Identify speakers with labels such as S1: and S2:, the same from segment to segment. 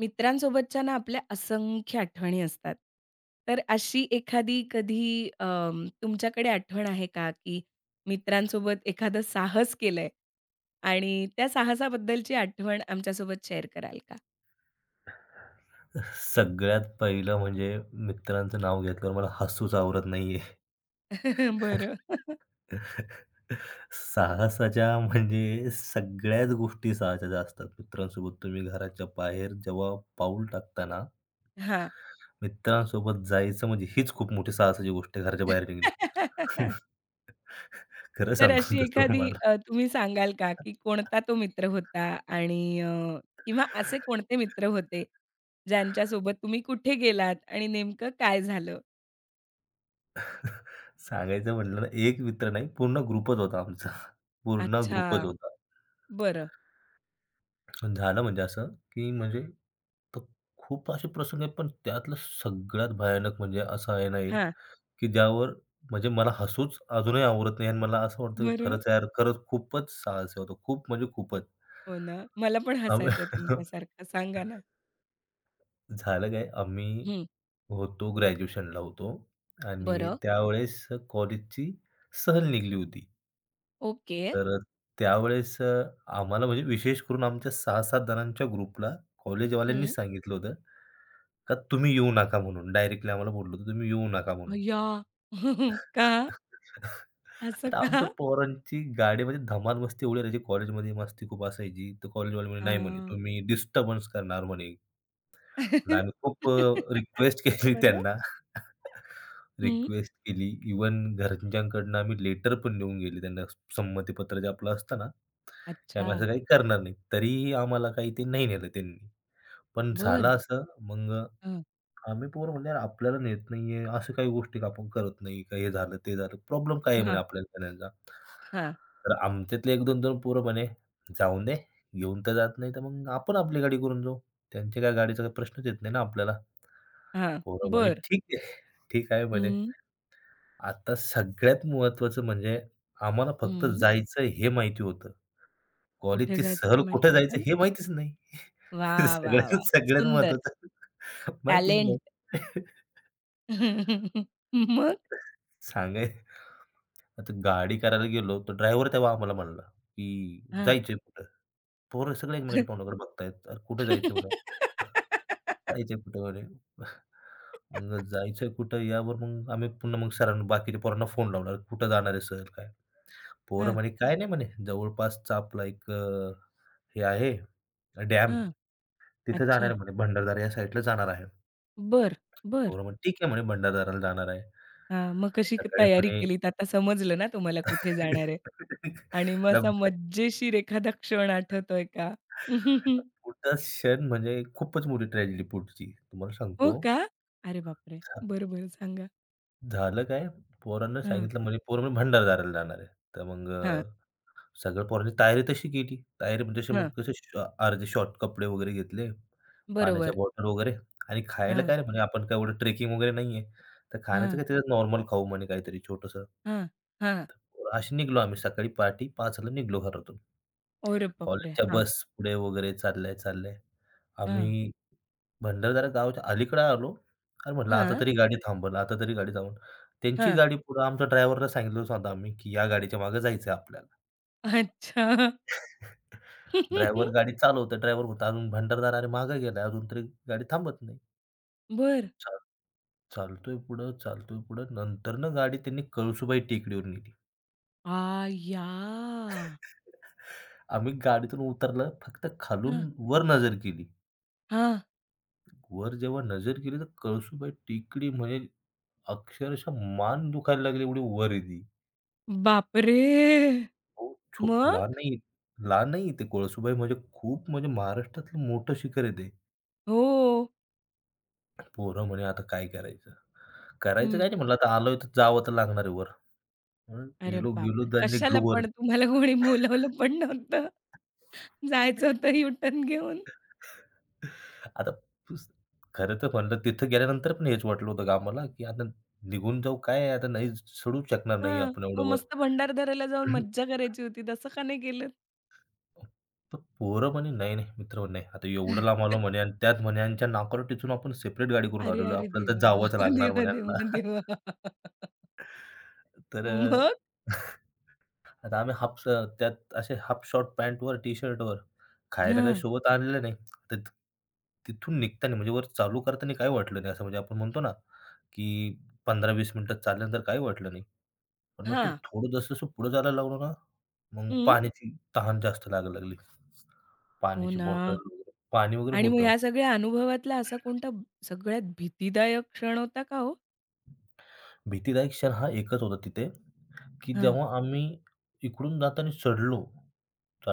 S1: मित्रांसोबतच्या ना आपल्या असंख्य आठवणी असतात. तर अशी एखादी कधी तुमच्याकडे आठवण आहे का, की मित्रांसोबत एखादं साहस केलंय आणि त्या साहसाबद्दलची आठवण आमच्यासोबत शेअर कराल का?
S2: सगळ्यात पहिलं म्हणजे मित्रांचं नाव घेतल्यावर मला हसूच आवरत नाहीये.
S1: बरं.
S2: साहसाच्या म्हणजे सगळ्याच गोष्टी साहसाच्या असतात. मित्रांसोबत तुम्ही घराच्या बाहेर जेव्हा पाऊल टाकता ना,
S1: हां.
S2: मित्रांसोबत जायचं म्हणजे हीच खूप मोठी साहसाची गोष्ट आहे घराच्या बाहेर निघणं. खरं
S1: तर
S2: सांगतो
S1: अशी
S2: तर
S1: एखादी
S2: तुम्हाला.
S1: तुम्ही सांगाल का, की कोणता तो मित्र होता आणि किंवा असे कोणते मित्र होते, ज्यांच्यासोबत तुम्ही कुठे गेलात आणि नेमकं काय झालं?
S2: सांगायचं म्हटलं ना, एक मित्र नाही पूर्ण ग्रुपच होता आमचा. पूर्ण
S1: अच्छा.
S2: ग्रुपच होता.
S1: बरं.
S2: पण झालं म्हणजे असं, की म्हणजे तर खूप असे प्रसंग आहेत, पण त्यातलं सगळ्यात भयानक म्हणजे असं आहे ना एक,
S1: हां.
S2: की ज्यावर म्हणजे मला हसूच अजूनही आवरत नाही आणि मला असं वाटतं, की
S1: बरं.
S2: खरंच यार, खरंच खूपच साहसी होतं. खूप म्हणजे खूपच.
S1: हो ना. मला पण
S2: आम
S1: हसायचंय तुमच्यासारखं. सांगा ना?
S2: झालं काय, आम्ही
S1: हं.
S2: होतो ग्रॅज्युएशनला होतो आणि
S1: बरं.
S2: त्यावेळेस कॉलेजची सहल निघाली होती.
S1: ओके.
S2: तर अ, त्यावेळेस अ, आम्हाला म्हणजे विशेष करून आमच्या 6-7 जणांच्या ग्रुपला
S1: हं.
S2: कॉलेजवाल्यांनीच सांगितलं होतं, का तुम्ही येऊ नका म्हणून. डायरेक्टली आम्हाला बोललं होतं, तुम्ही येऊ नका म्हणून.
S1: अय्या! का? असं
S2: आता
S1: का?
S2: आमच्या पोरांची गाडीमध्ये धमाल मस्ती एवढी राहायची. कॉलेजमध्ये मस्ती खूप असायची. तर कॉलेजवाले म्हणे, "नाही" म्हणे,
S1: हां.
S2: "तुम्ही डिस्टर्बन्स करणार" म्हणे. आणि आम्ही खूप रिक्वेस्ट केली
S1: बरं.
S2: त्यांना.
S1: हं.
S2: रिक्वेस्ट केली. इव्हन घरच्यांकडनं आम्ही लेटर पण लिहून गेली त्यांना संमतीपत्र जे आपलं असतं ना, की
S1: अच्छा.
S2: आम्ही असं काही करणार नाही. तरीही आम्हाला काही ते नाही नेलं त्यांनी. पण झालं
S1: बरं.
S2: असं,
S1: हां.
S2: आम्ही पोरं म्हणले, आपल्याला नेत नाहीये, अशा काही गोष्टी का आपण करत नाही? का हे झालं, ते झालं, प्रॉब्लेम काय आहे?"
S1: हां.
S2: म्हणे आपल्याला नेण्याचा.
S1: हां.
S2: तर आमच्यातले 1-2 जण पोरं म्हणे, "जाऊन दे, घेऊन तर जात नाही, तर मग आपण आपली गाडी करून जाऊ. त्यांच्या काय गाडीचा काही प्रश्नच येत नाही ना आपल्याला."
S1: हां.
S2: पोरं म्हणे,
S1: बरं.
S2: "ठीक आहे, ठीक आहे" म्हणे.
S1: हं.
S2: आता सगळ्यात महत्त्वाचं म्हणजे आम्हाला फक्त
S1: हं.
S2: जायचं हे माहिती होतं.
S1: कुठे
S2: कॉलेजची
S1: जायचं ते
S2: सहल
S1: माहीत
S2: कुठे जायचं
S1: नव्हतं?
S2: हे माहितीच नाही.
S1: वाह, वाह,
S2: सगळ्यात
S1: वाह!
S2: सगळ्यात
S1: सुंदर.
S2: महत्त्वाचं माहितीच नाही.
S1: टॅलेंट. मग?
S2: सांगाय आता गाडी करायला गेलो, तर ड्रायव्हर तेव्हा आम्हाला म्हणला, की
S1: हां.
S2: "जायचंय कुठं?" पोरं सगळे एकमेकांच्या तोंडाकडे बघतायत. "अरे कुठं जायचंय म्हणे?" "जायचंय कुठं?" म्हणे. मग जायचंय कुठं यावर मग आम्ही पुन्हा मग सरांना बाकीच्या पोरांना फोन लावला. "कुठं जाणार आहे सहल काय?" पोरं
S1: हां.
S2: म्हणे, "काय नाही" म्हणे, "जवळपासचा आपला एक हे आहे डॅम,
S1: हां.
S2: तिथे जाणार
S1: अच्छा.
S2: आहे" म्हणे, "भंडारदरा या साईडला जाणार आहे."
S1: बरं, बरं.
S2: पोरं म्हणे, "ठीक आहे" म्हणे, "भंडारदऱ्याला जाणार आहे."
S1: हां, मग कशी
S2: सकाळी
S1: तयारी
S2: म्हणे
S1: केलीत? आता समजलं ना तुम्हाला कुठे जाणार आहे आणि मग असा
S2: आता
S1: मजेशीर एखादा क्षण आठवतोय का?
S2: पुढचा क्षण म्हणजे खूपच मोठी ट्रॅजेडी पुढची. तुम्हाला
S1: हो
S2: सांगतो,
S1: का? अरे बापरे!
S2: झा
S1: बरं, बरं सांगा.
S2: झालं काय, पोरांना
S1: हां,
S2: सांगितलं म्हणजे पोरं म्हणजे भंडारदऱ्याला जाणार आहे. तर मग
S1: हां,
S2: सगळ्या पोरांनी तयारी तशी केली. तयारी म्हणजे अशी मग
S1: हां.
S2: कसे शॉ अर्धे शॉर्ट कपडे वगैरे घेतले, पाण्याच्या
S1: बरोबर.
S2: बॉटल वगैरे आणि खायला
S1: हां,
S2: काय रे म्हणे आपण काय एवढं ट्रेकिंग वगैरे नाहीये. तर खाण्याचं
S1: हां,
S2: काय त्याच्यात नॉर्मल खाऊ म्हणे काहीतरी छोटंसं.
S1: हां, हां.
S2: अशी निघालो आम्ही सकाळी पहाटे 5:00 ला घरातून.
S1: अरे बापरे!
S2: कॉलेजच्या
S1: हां,
S2: बस पुढे वगैरे चालल्या, चालल्या.
S1: हां,
S2: आम्ही भंडारदरा गावाच्या अलीकडे आलो. अरे म्हटलं आता
S1: हां,
S2: तरी गाडी थांबवल, आता तरी गाडी थांबवल. त्यांची
S1: हां.
S2: गाडी पुढं आमच्या ड्रायव्हरला सांगितलं होतं आम्ही, की या गाडीच्या मागे जायचं आपल्याला.
S1: अच्छा.
S2: ड्रायव्हर गाडी चालवतो. ड्रायव्हर होता. अजून भंडारदार अरे मागे गेला. अजून तरी गाडी थांबत नाही.
S1: बरं.
S2: चाल चालतोय पुढं, चालतोय पुढं. नंतरनं गाडी त्यांनी कळसुबाई टेकडीवर नेली.
S1: आय्या!
S2: आम्ही गाडीतून उतरलं. फक्त
S1: हां,
S2: खालून वर नजर केली.
S1: हां.
S2: वर जेव्हा नजर केली, तर कळसुबाई टेकडी म्हणजे अक्षरशः मान दुखायला लागली एवढी वर आहे ती.
S1: बापरे!
S2: हो,
S1: मग?
S2: लहान नाही लहान नाही ते कळसुबाई म्हणजे खूप म्हणजे महाराष्ट्रातलं मोठं शिखर आहे ते.
S1: हो.
S2: पोरं म्हणे, "आता काय करायचं?" करायचं
S1: हं.
S2: काही नाही म्हणलं, "आता आलोय तर जावं तर लागणार आहे वर." म्हणून
S1: अरे
S2: गेलो, गेलो
S1: बापरे!
S2: त्यांनी
S1: कशाला
S2: ग्लोवर.
S1: पण तुम्हाला कोणी बोलावलं पण नव्हतं. जायचं होतं यू-टर्न घेऊन.
S2: आता पुस खरं तर म्हणलं तिथं गेल्यानंतर पण हेच वाटलं होतं का आम्हाला, की आता निघून जाऊ काय आहे, आता नाही चढू शकणार नाही
S1: हां.
S2: आपण
S1: मग
S2: एवढं वर.
S1: मस्त भंडारदऱ्याला जाऊन मज्जा करायची होती. तसं का नाही केलंत?
S2: तर पोरं म्हणे, "नाही, नाही मित्र म्हणे, आता एवढं लांब आलो म्हणे आणि त्यात म्हणे यांच्या नाकाला टिचून आपण सेपरेट गाडी करून
S1: अरे,
S2: आलेलो
S1: अरे
S2: आपल्याला तर
S1: देवा!
S2: जावंच लागणार
S1: देवा,
S2: म्हणे यांना."
S1: देवा, देवा!
S2: तर
S1: मग?
S2: आता आम्ही हाफ स त्यात असे हाफ शॉर्ट पॅन्टवर, टी-शर्टवर खायला काही
S1: हां.
S2: सोबत आणलं नाही. तर तिथून निघताना म्हणजे वर चालू करताना काही वाटलं नाही. असं म्हणजे आपण म्हणतो ना, की 15-20 मिनिटात चालल्यानंतर काही वाटलं नाही. पण नंतर
S1: हां.
S2: थोडं जसं-जसं पुढे जायला लागलो ना, मग
S1: हं.
S2: पाण्याची तहान जास्त लागायला लागली.
S1: हो
S2: पाण्याची बॉटल
S1: ना.
S2: पाणी वगैरे
S1: आणि मग
S2: होतं.
S1: ह्या सगळ्या अनुभवातला असा कोणता सगळ्यात भीतीदायक क्षण होता का हो?
S2: भीतीदायक क्षण हा एकच होता तिथे की
S1: हां.
S2: जेव्हा आम्ही इकडून जाताना चढलो,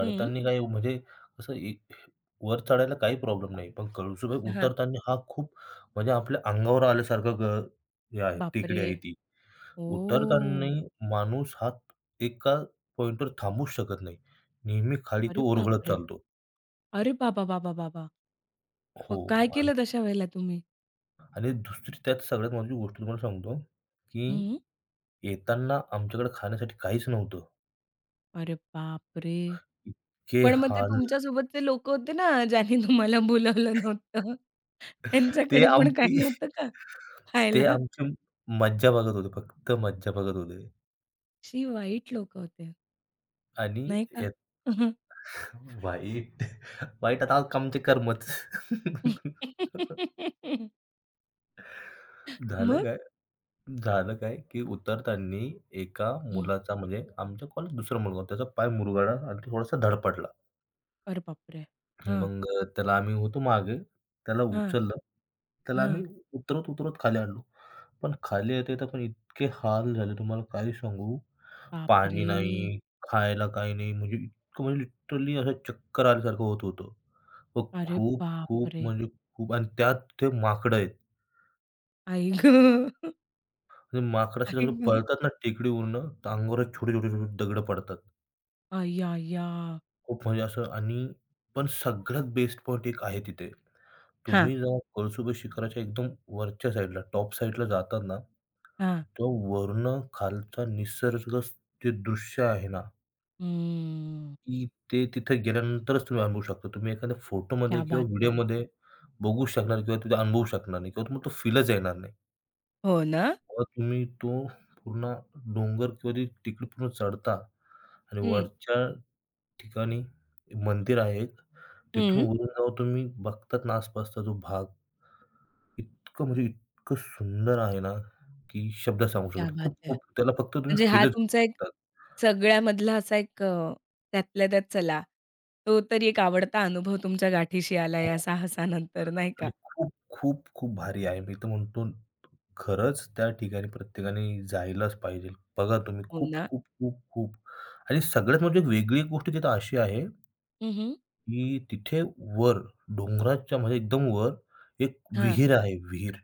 S1: हं.
S2: काही म्हणजे असं इ वर चढायला काही प्रॉब्लेम नाही. पण कळसुबाई
S1: हां.
S2: उतरताना हा खूप म्हणजे आपल्या अंगावर आल्यासारखं हे आहे, टेकडी
S1: बापरे!
S2: आहे ती. उतरताना
S1: ओह!
S2: माणूस हा एका पॉइंटवर थांबूच शकत नाही. नेहमी खाली तो
S1: अरे
S2: ओरघळत
S1: बापरे!
S2: चालतो.
S1: अरे बाबा, बाबा, बाबा! मग
S2: हो
S1: काय
S2: आणि
S1: केलं तशा वेळेला तुम्ही?
S2: आणि दुसरी त्यात सगळ्यात महत्त्वाची गोष्ट तुम्हाला सांगतो, की
S1: हं.
S2: येताना आमच्याकडे खाण्यासाठी काहीच नव्हतं.
S1: अरे बापरे!
S2: इतके
S1: पण मग ते
S2: हाल
S1: तुमच्यासोबतचे लोकं होते ना, ज्यांनी तुम्हाला बोलावलं नव्हतं,
S2: ते
S1: त्यांच्याकडे पण
S2: आमटी
S1: काही नव्हतं का
S2: ते
S1: खायला?
S2: आमची मज्जा बघत होते, फक्त मज्जा बघत होते
S1: अशी वाईट लोकं होते,
S2: आणि
S1: नाही का?
S2: यात
S1: हं.
S2: वाईट वाईट आता आमचे कर्मच. झालं
S1: मग?
S2: काय झालं काय, की उतरताना एका
S1: हं.
S2: मुलाचा म्हणजे आमच्या कॉलेज दुसरा मुलगा होता, त्याचा पाय मुरगाळला आणि थोडासा धडपडला.
S1: अरे बापरे! हां,
S2: त्याला आम्ही होतो मागे, त्याला
S1: हां,
S2: उचललं त्याला
S1: हां.
S2: आम्ही उतरत, उतरत खाली आणलो. पण खाली येता-येता पण इतके हाल झाले तुम्हाला काय सांगू. पाणी
S1: बापरे!
S2: नाही, खायला काही नाही म्हणजे इतकं म्हणजे लिटरली असं चक्कर आल्यासारखं होत होतं. मग
S1: अरे
S2: खूप, खूप
S1: बापरे!
S2: म्हणजे खूप आणि त्यात ते माकडं आहेत.
S1: आई गं!
S2: ते माकडं
S1: आई
S2: जसं
S1: गं!
S2: पळतात ना टेकडीवरनं अंगावर छोटे-छोटे, छोटे दगडं पडतात.
S1: अय्याया!
S2: खूप म्हणजे असं आणि पण सगळ्यात बेस्ट पॉइंट एक आहे तिथे.
S1: हां,
S2: तुम्ही जेव्हा कळसुबाई शिखराच्या एकदम वरच्या साईडला, टॉप साईडला जातात ना
S1: हां.
S2: तो वरुनं खालचा निसर्गच जे दृश्य आहे ना,
S1: हम्म.
S2: की ते तिथे गेल्यानंतरच तुम्ही अनुभवू शकता. तुम्ही एखाद्या
S1: क्या
S2: फोटोमध्ये किंवा
S1: बात है!
S2: व्हिडिओमध्ये बघू शकणार किंवा तिथे अनुभवू शकणार नाही किंवा तुम्हाला तो फीलच येणार नाही.
S1: हो ना?
S2: तेव्हा तुम्ही तो पूर्ण डोंगर किंवा ते तिकडे पूर्ण चढता आणि
S1: हं.
S2: वरच्या ठिकाणी मंदिर आहे एक.
S1: हं.
S2: तिथून वरून जेव्हा तुम्ही बघतात ना आसपासचा जो भाग, इतकं म्हणजे इतकं सुंदर आहे ना, की शब्दात सांगू शकत
S1: क्या
S2: नाही.
S1: बात
S2: खूप
S1: है!
S2: खूप त्याला फक्त तुम्ही
S1: म्हणजे हा
S2: फीलच
S1: तुमचा
S2: करू
S1: एक
S2: शकता.
S1: सगळ्यामधला असा एक त्यातल्या त्यात चला, तो तरी एक आवडता अनुभव तुमच्या गाठीशी आला या
S2: हो.
S1: साहसानंतर नाही का?
S2: आणि खूप, खूप, खूप भारी आहे. मी तर म्हणतो खरंच त्या ठिकाणी प्रत्येकाने जायलाच पाहिजे. बघा तुम्ही
S1: हो
S2: खूप,
S1: ना.
S2: खूप, खूप, खूप आणि सगळ्यात म्हणजे वेगळी एक गोष्ट तिथं अशी आहे,
S1: हं, हं.
S2: की तिथे वर डोंगराच्या म्हणजे एकदम वर एक
S1: हां.
S2: विहीर आहे विहीर.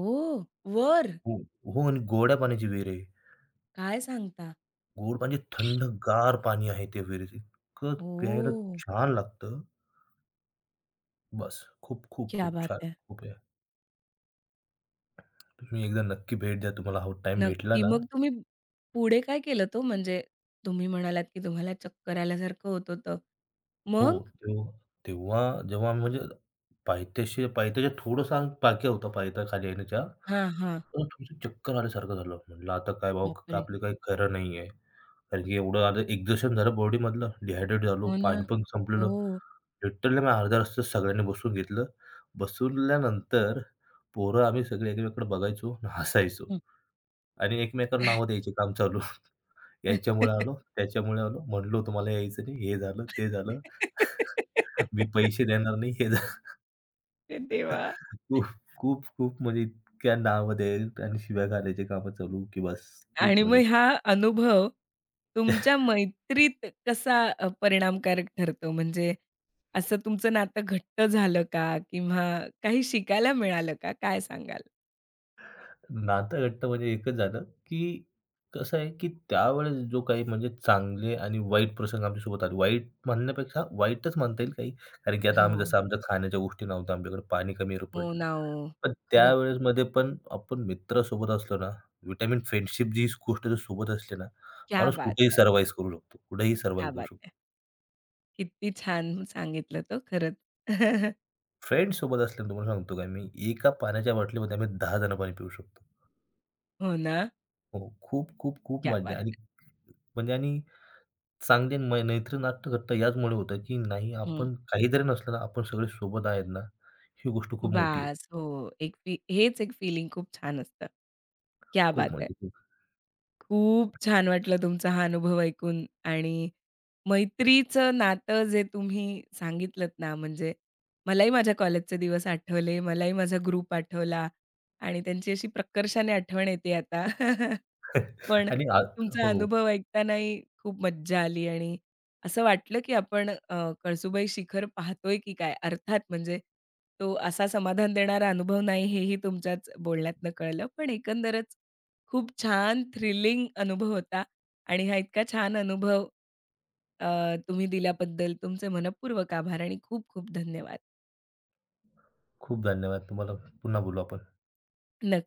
S1: ओह! वर?
S2: हो, हो आणि गोड्या पाण्याची विहीर आहे.
S1: काय सांगता?
S2: गोड म्हणजे थंडगार पाणी आहे त्या विहिरीत. इतकं प्यायला
S1: ओह!
S2: छान लागतं. बस खूप, खूप,
S1: क्या
S2: खूप
S1: बात
S2: छान.
S1: है!
S2: खूप आहे. तुम्ही एकदा नक्की भेट द्या. तुम्हाला हा टाईम भेटला
S1: नक्की.
S2: ना
S1: मग तुम्ही पुढे काय केलंत ओ? म्हणजे तुम्ही म्हणालात, की तुम्हाला चक्कर आल्यासारखं होत होतं.
S2: हो,
S1: मग?
S2: तेव्हा तेव्हा जेव्हा आम्ही म्हणजे पायथ्याच्या थोडंसं आम्ही पायथ्या होता, पायथ्या खाली येण्याच्या.
S1: हां, हां.
S2: तर थोडंसं चक्कर आल्यासारखं झालं. म्हटलं आता काय भावा का
S1: बापरे!
S2: आपलं काही खरं नाही आहे. कारण की एवढं आता एक्झॉशन झालं बॉडीमधलं, डिहायड्रेट झालो,
S1: हो ना.
S2: पाणी पण संपलेलं.
S1: हो.
S2: लिटरली आम्ही अर्धा रस्ता सगळ्यांनी बसून घेतलं. बसवल्यानंतर पोरं आम्ही सगळे एकमेकांकडे बघायचो आणि हसायचो
S1: हं.
S2: आणि एकमेकांना नावं द्यायचे काम चालू. याच्यामुळे आलो, त्याच्यामुळे आलो, म्हणलो तुम्हाला यायचं नाही, हे झालं, ते झालं. मी पैसे देणार नाही, हे झालं.
S1: देवा!
S2: खूप, खूप, खूप म्हणजे इतक्या नावामध्ये आणि शिव्या घालायचे कामं चालू, की बस
S1: आणि
S2: खूप म्हणजे
S1: मग हा अनुभव तुमच्या मैत्रीत कसा परिणामकारक ठरतो? म्हणजे असं तुमचं नातं घट्ट झालं का? किंवा काही शिकायला मिळालं का? काय सांगाल?
S2: नातं घट्ट म्हणजे एकच झालं, की कसं आहे, की त्यावेळेस जो काही म्हणजे चांगले आणि वाईट प्रसंग आमच्यासोबत आले. वाईट म्हणण्यापेक्षा वाईटच म्हणता येईल काही. कारण की आता
S1: हो.
S2: आम्ही जसं आमच्या खाण्याच्या गोष्टी नव्हत्या आमच्याकडे, पाणी कमी
S1: हो
S2: पडलं.
S1: ना ओ.
S2: पण
S1: खरंच.
S2: त्यावेळेस मध्ये पण आपण मित्रासोबत असलो ना, विटामिन फ्रेंडशिप जी गोष्ट जर सोबत असली ना,
S1: क्या
S2: माणूस
S1: बात
S2: कुठेही
S1: है!
S2: सर्व्हाईव्ह करू शकतो. कुठेही
S1: क्या
S2: सर्व्हाईव्ह करू
S1: बात
S2: शकतो.
S1: है! किती छान सांगितलं तो खरंच.
S2: फ्रेंड सोबत असल्याने तुम्हाला सांगतो काय मी, एका पाण्याच्या बाटलीमध्ये आम्ही 10 जण पाणी पिऊ शकतो.
S1: हो ना?
S2: हो, खूप, खूप, खूप
S1: क्या
S2: मज्जा
S1: बात
S2: आणि
S1: है!
S2: म्हणजे आणि चांगले मैत्री नाट्य घट्ट याचमुळे होतं, की नाही
S1: हं.
S2: आपण काही जरी नसलं ना, आपण सगळे सोबत आहेत ना, ही गोष्ट खूप मोठी आहे.
S1: बास. हो. एक हेच एक फीलिंग खूप छान असतं. क्या
S2: खूप
S1: बात है!
S2: म्हणजे खूप
S1: खूप छान वाटलं तुमचा हा अनुभव ऐकून आणि मैत्रीचं नातं जे तुम्ही सांगितलंत ना, म्हणजे मलाही माझ्या कॉलेजचे दिवस आठवले, मलाही माझा ग्रुप आठवला आणि त्यांची अशी प्रकर्षाने आठवण येते आता. पण
S2: आणि आ
S1: तुमचा
S2: हो,
S1: अनुभव ऐकतानाही खूप मज्जा आली आणि असं वाटलं, की आपण कळसुबाई शिखर पाहतोय की काय? अर्थात म्हणजे तो असा समाधान देणारा अनुभव नाही हेही तुमच्याच बोलण्यातनं कळलं. पण एकंदरच खूप छान थ्रिलिंग अनुभव होता आणि हा इतका छान अनुभव तुम्ही दिल्याबद्दल तुमचे मनःपूर्वक आभार आणि खूप खूप धन्यवाद.
S2: खूप धन्यवाद तुम्हाला. पुन्हा बोलू आपण.
S1: नक्की.